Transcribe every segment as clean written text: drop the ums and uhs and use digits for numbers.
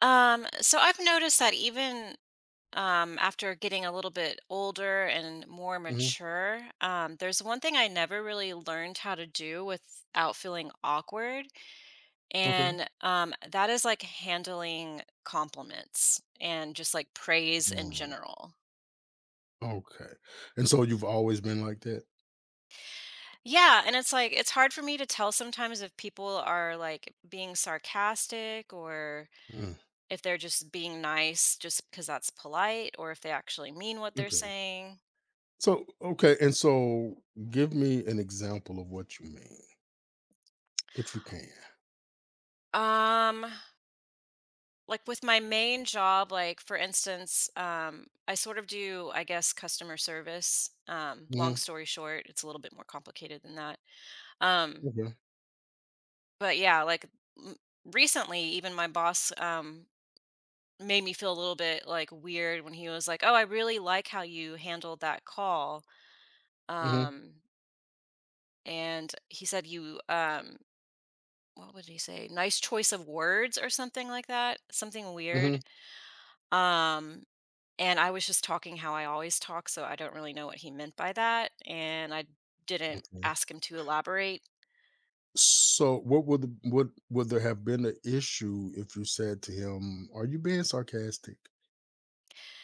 So I've noticed that even after getting a little bit older and more Mhm. mature, there's one thing I never really learned how to do without feeling awkward. Okay. And That is like handling compliments and just like praise in Mm, general. okay. And so you've always been like that? Yeah. And it's like, it's hard for me to tell sometimes if people are like being sarcastic or Mm, if they're just being nice just because that's polite or if they actually mean what they're okay. saying. So, okay, and so give me an example of what you mean, if you can. Um, like with my main job, like for instance, I sort of do, I guess, customer service. Long Mhm. story short, it's a little bit more complicated than that. Um, Okay. but yeah, like m- recently, even my boss, made me feel a little bit like weird when he was like, "Oh, I really like how you handled that call." Mhm. Um, and he said you, what would he say? Nice choice of words or something like that. Something weird. Mhm. Um, And I was just talking how I always talk, so I don't really know what he meant by that, and I didn't Okay. ask him to elaborate. So what would would there have been an issue if you said to him, "Are you being sarcastic?"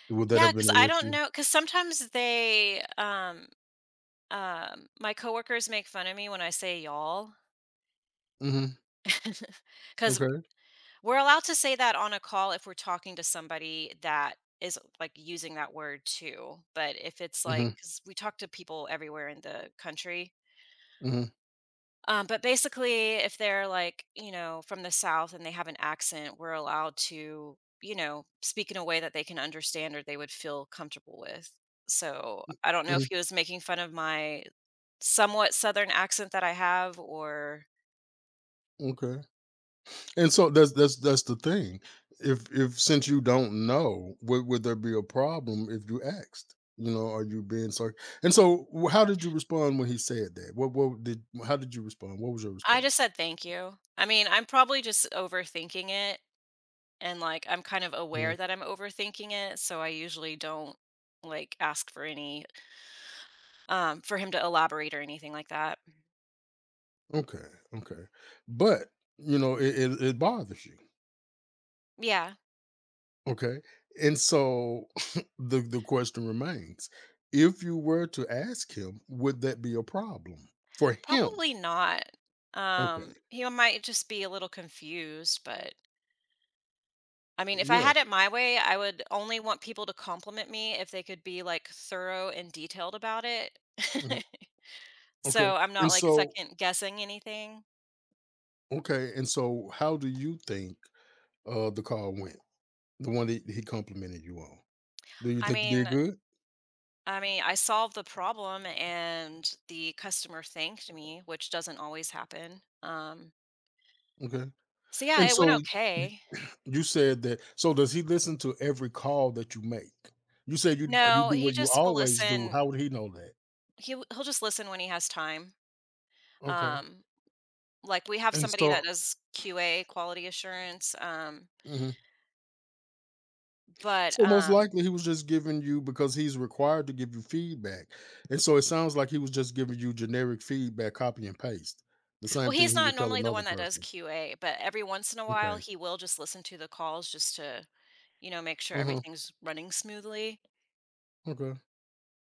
Would that Yeah, have been because I an don't know issue? know. Because sometimes they, my coworkers make fun of me when I say you all Mhm. because 'cause Okay. we're allowed to say that on a call if we're talking to somebody that is, like, using that word too, but if it's, like, Mhm. because we talk to people everywhere in the country. Mhm. But basically, if they're like, you know, from the South and they have an accent, we're allowed to, you know, speak in a way that they can understand or they would feel comfortable with. So I don't know Mhm. if he was making fun of my somewhat Southern accent that I have, or Okay. And so that's the thing. If since you don't know, would there be a problem if you asked? You know, are you being sarc? And so, how did you respond when he said that? What did how did you respond? What was your I response? just said thank you. I mean, I'm probably just overthinking it, and like I'm kind of Mm, aware that I'm overthinking it. So I usually don't like ask for any, for him to elaborate or anything like that. okay, okay, but it bothers you. Yeah. Okay, and so the question remains: if you were to ask him, would that be a problem for him? Probably not. Um, Okay, he might just be a little confused, but if I yeah, had it my way, I would only want people to compliment me if they could be like thorough and detailed about it. mhm, okay, So I'm not and like so second guessing anything. okay, and so how do you think the call went? The one that he complimented you on. Do you I think you mean, did good? I mean, I solved the problem and the customer thanked me, which doesn't always happen. Um, Okay. so yeah, And it went so y- okay. you said that, so does he listen to every call that you make? You said you No, do he what you just will always do. listen. How would he know that? He'll just listen when he has time. Okay. Um, Like, we have And somebody so that does QA, quality assurance, mhm, but, so most um likely he was just giving you because he's required to give you feedback. And so it sounds like he was just giving you generic feedback, copy and paste. The well, same thing he's he not would tell normally the one another that does person. QA, but every once in a while, Okay. he will just listen to the calls just to, you know, make sure Uh-huh. everything's running smoothly. Okay.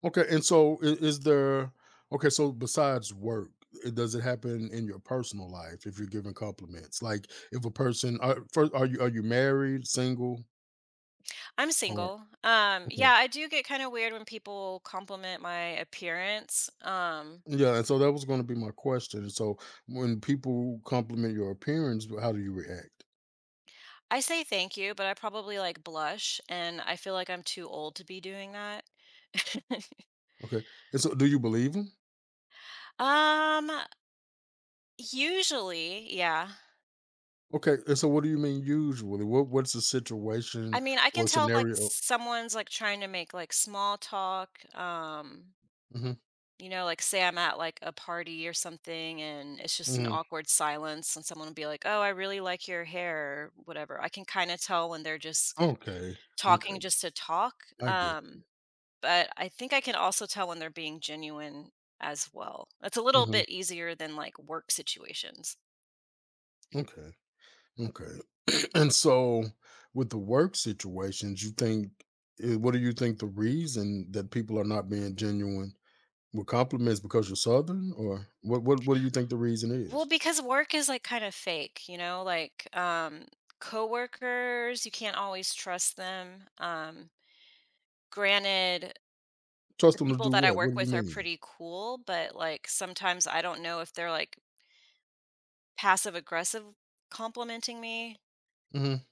Okay, and so is there, okay, so besides work, does it happen in your personal life if you're giving compliments? Like if a person are, first are you married, single I'm or single. Yeah, okay. I do get kinda weird when people compliment my appearance. Yeah, and so that was going to be my question. And so when people compliment your appearance, how do you react? I say thank you, but I probably, like, blush, and I feel like I'm too old to be doing that. Okay. And so do you believe them? Um, Usually, yeah. Okay. And so what do you mean usually? What's the I situation mean, I can or tell if, like, scenario? someone's, like, trying to make, like, small talk, Hmm. you know, like, say I'm at, like, a party or something, and it's just an Hmm. awkward silence, and someone will be like, "Oh, I really like your hair," or whatever. I can kinda tell when they're just Okay. talking Okay. just to talk, I get you. um, but I think I can also tell when they're being genuine as well. It's a little Hmm. bit easier than, like, work situations. Okay. Okay. And so with the work situations, what do you think the reason that people are not being genuine with compliments because you're southern, or what do you think the reason Well, is? because work is like kind of fake, you know, like coworkers, you can't always trust them. Granted, Trust the them to people do that I what? work What do you with are mean? pretty cool, but like sometimes I don't know if they're like passive aggressive complimenting me. Hmm.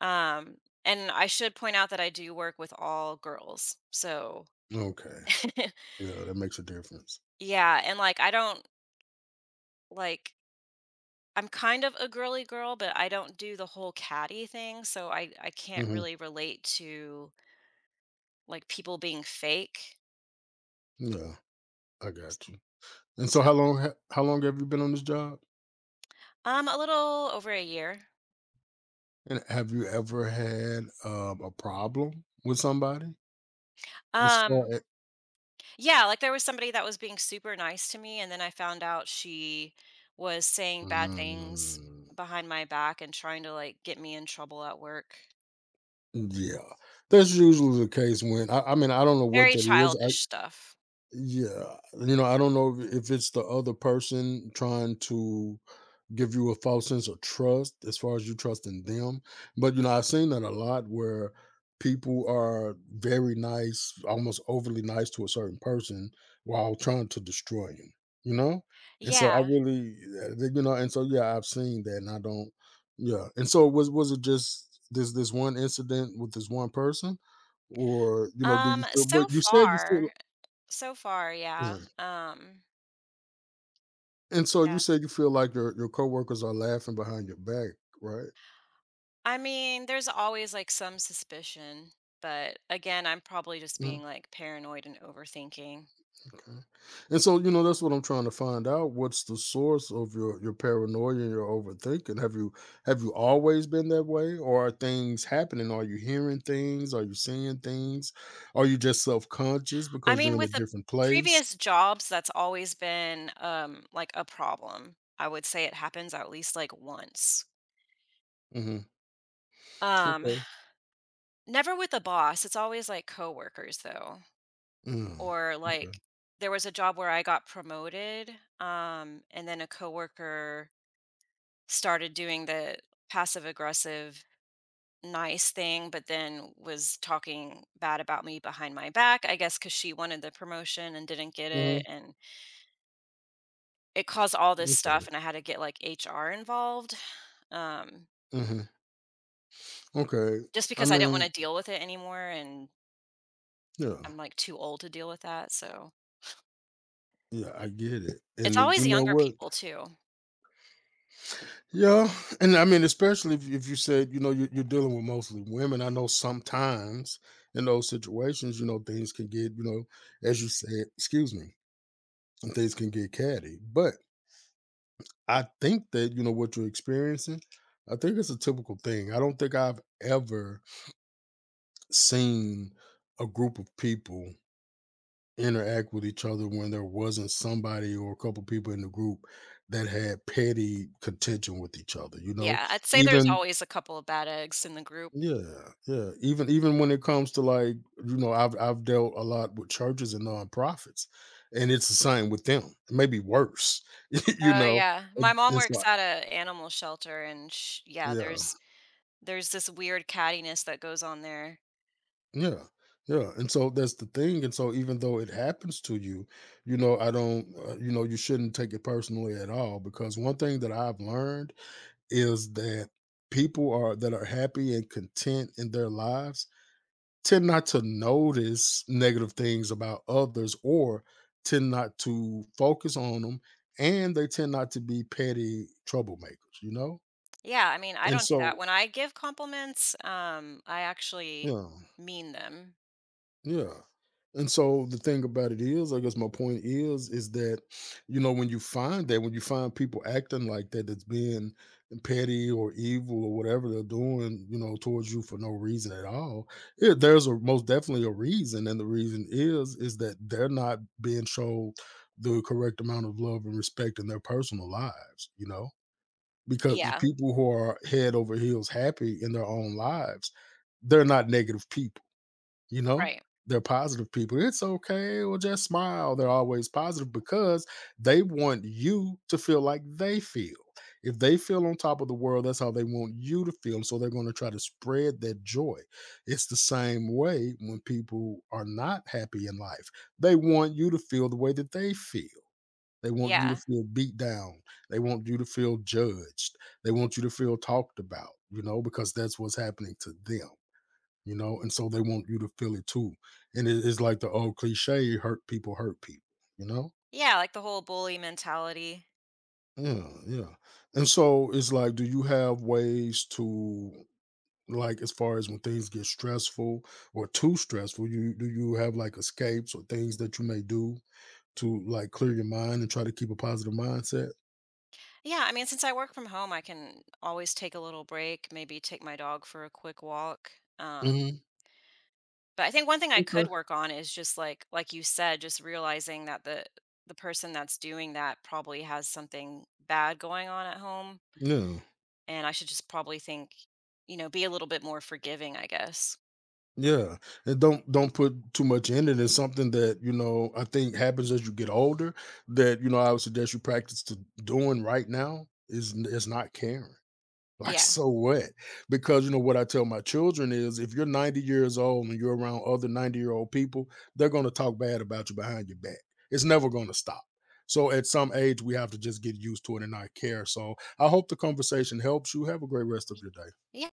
Um and I should point out that I do work with all girls. So, Okay. Yeah, that makes a difference. yeah, and like I don't like I'm kind of a girly girl, but I don't do the whole catty thing, so I can't Hmm. really relate to like people being fake. Yeah, I got you. And so So how long have you been on this job? A little over a year. And have you ever had a problem with somebody as far Um, as— yeah, like there was somebody that was being super nice to me, and then I found out she was saying bad things Mm, behind my back and trying to like get me in trouble at work. yeah, that's usually the case when I mean, I don't know what Very that is, childish I— stuff. yeah, I don't know if it's the other person trying to give you a false sense of trust as far as you trust in them. But you know, I've seen that a lot where people are very nice, almost overly nice to a certain person while trying to destroy you, you know? And so I Yeah. really and so yeah, I've seen that and I don't— yeah. And so was it just this one incident with this one person? Or, do you Um, feel— but so you said you feel— far, so far, yeah. yeah. Um, And but so you yeah. said you feel like your coworkers are laughing behind your back, right? I mean, there's always like some suspicion, but again, I'm probably just Mm-hmm. being like paranoid and overthinking. Okay. And so, that's what I'm trying to find out. What's the source of your paranoia and your overthinking? Have you always been that way, or are things happening? Are you hearing things? Are you seeing things? Are you just self conscious I because you're mean, in a with the different place? previous jobs, that's always been, like, a problem. I would say it happens at least, like, once. Hmm. Um, Okay. Never with a boss, it's always, like, coworkers, though, Mm. or, Okay. like, there was a job where I got promoted, and then a coworker started doing the passive aggressive nice thing, but then was talking bad about me behind my back, I guess because she wanted the promotion and didn't get Hmm. it, and it caused all this stuff, Okay. and I had to get, like, HR involved, um, Hmm. Okay. just I because I didn't wanna mean, deal with it anymore, and I'm, yeah, like, too old to deal with that, so yeah, I get it. it's And you always know younger what? people too. Yeah, and I mean, especially if you said, you're dealing with mostly women. I know sometimes in those situations, you know, things can get, as you said, excuse me, and things can get catty. But I think that, you know, what you're experiencing, I think it's a typical thing. I don't think I've ever seen a group of people interact with each other when there wasn't somebody or a couple people in the group that had petty contention with each other, you know, Yeah, I'd say there's even— always a couple of bad eggs in the group. Yeah, yeah. Even when it comes to like, you know, I've dealt a lot with churches and nonprofits, and it's the same with them. Maybe worse, you Oh, know. yeah. My It's, mom it's works like, at a animal shelter, and sh yeah, yeah, there's this weird cattiness that goes on there. yeah, yeah. And so that's the thing. And so even though it happens to you, I don't, you shouldn't take it personally at all, because one thing that I've learned is that people are that are happy and content in their lives tend not to notice negative things about others, or tend not to focus on them, and they tend not to be petty troublemakers, you know? Yeah, I mean, I And don't do that. so, When I give compliments, I actually yeah. mean them. Yeah. And so the thing about it is, I guess my point is that, when when you find people acting like that, that's being petty or evil or whatever they're doing, towards you for no reason at all, yeah, there's a most definitely a reason. And the reason is that they're not being shown the correct amount of love and respect in their personal lives, because Yeah, people who are head over heels happy in their own lives, they're not negative people. you know right. they're positive people. It's okay, well, just smile. They're always positive because they want you to feel like they feel. If they feel on top of the world, that's how they want you to feel, so they're going to try to spread that joy. It's the same way when people are not happy in life, they want you to feel the way that they feel. They want you to Yeah. feel beat down. They want you to feel judged. They want you to feel talked about, because that's what's happening to them, and so they want you to feel it too. And it is like the old cliche, hurt people, you know? Yeah, like the whole bully mentality. Yeah, yeah. And so it's like, do you have ways to, like, as far as when things get stressful or too stressful, you do you have like escapes or things that you may do to, like, clear your mind and try to keep a positive mindset? Yeah, I mean, since I work from home, I can always take a little break, maybe take my dog for a quick walk. Um, Hmm. but I think one thing I Okay. could work on is just like you said, just realizing that the person that's doing that probably has something bad going on at home, Yeah. and I should just probably think, you know, be a little bit more forgiving, I guess. Yeah, and don't put too much in it. It's something that I think happens as you get older. That I would suggest you practice to doing right now is not caring. Like, Yeah. so what? Because you know what I tell my children is, if you're 90 years old and you're around other 90-year-old people, they're going to talk bad about you behind your back. It's never going to stop. So at some age we have to just get used to it and not care. So I hope the conversation helps you. Have a great rest of Y- your day. Yeah,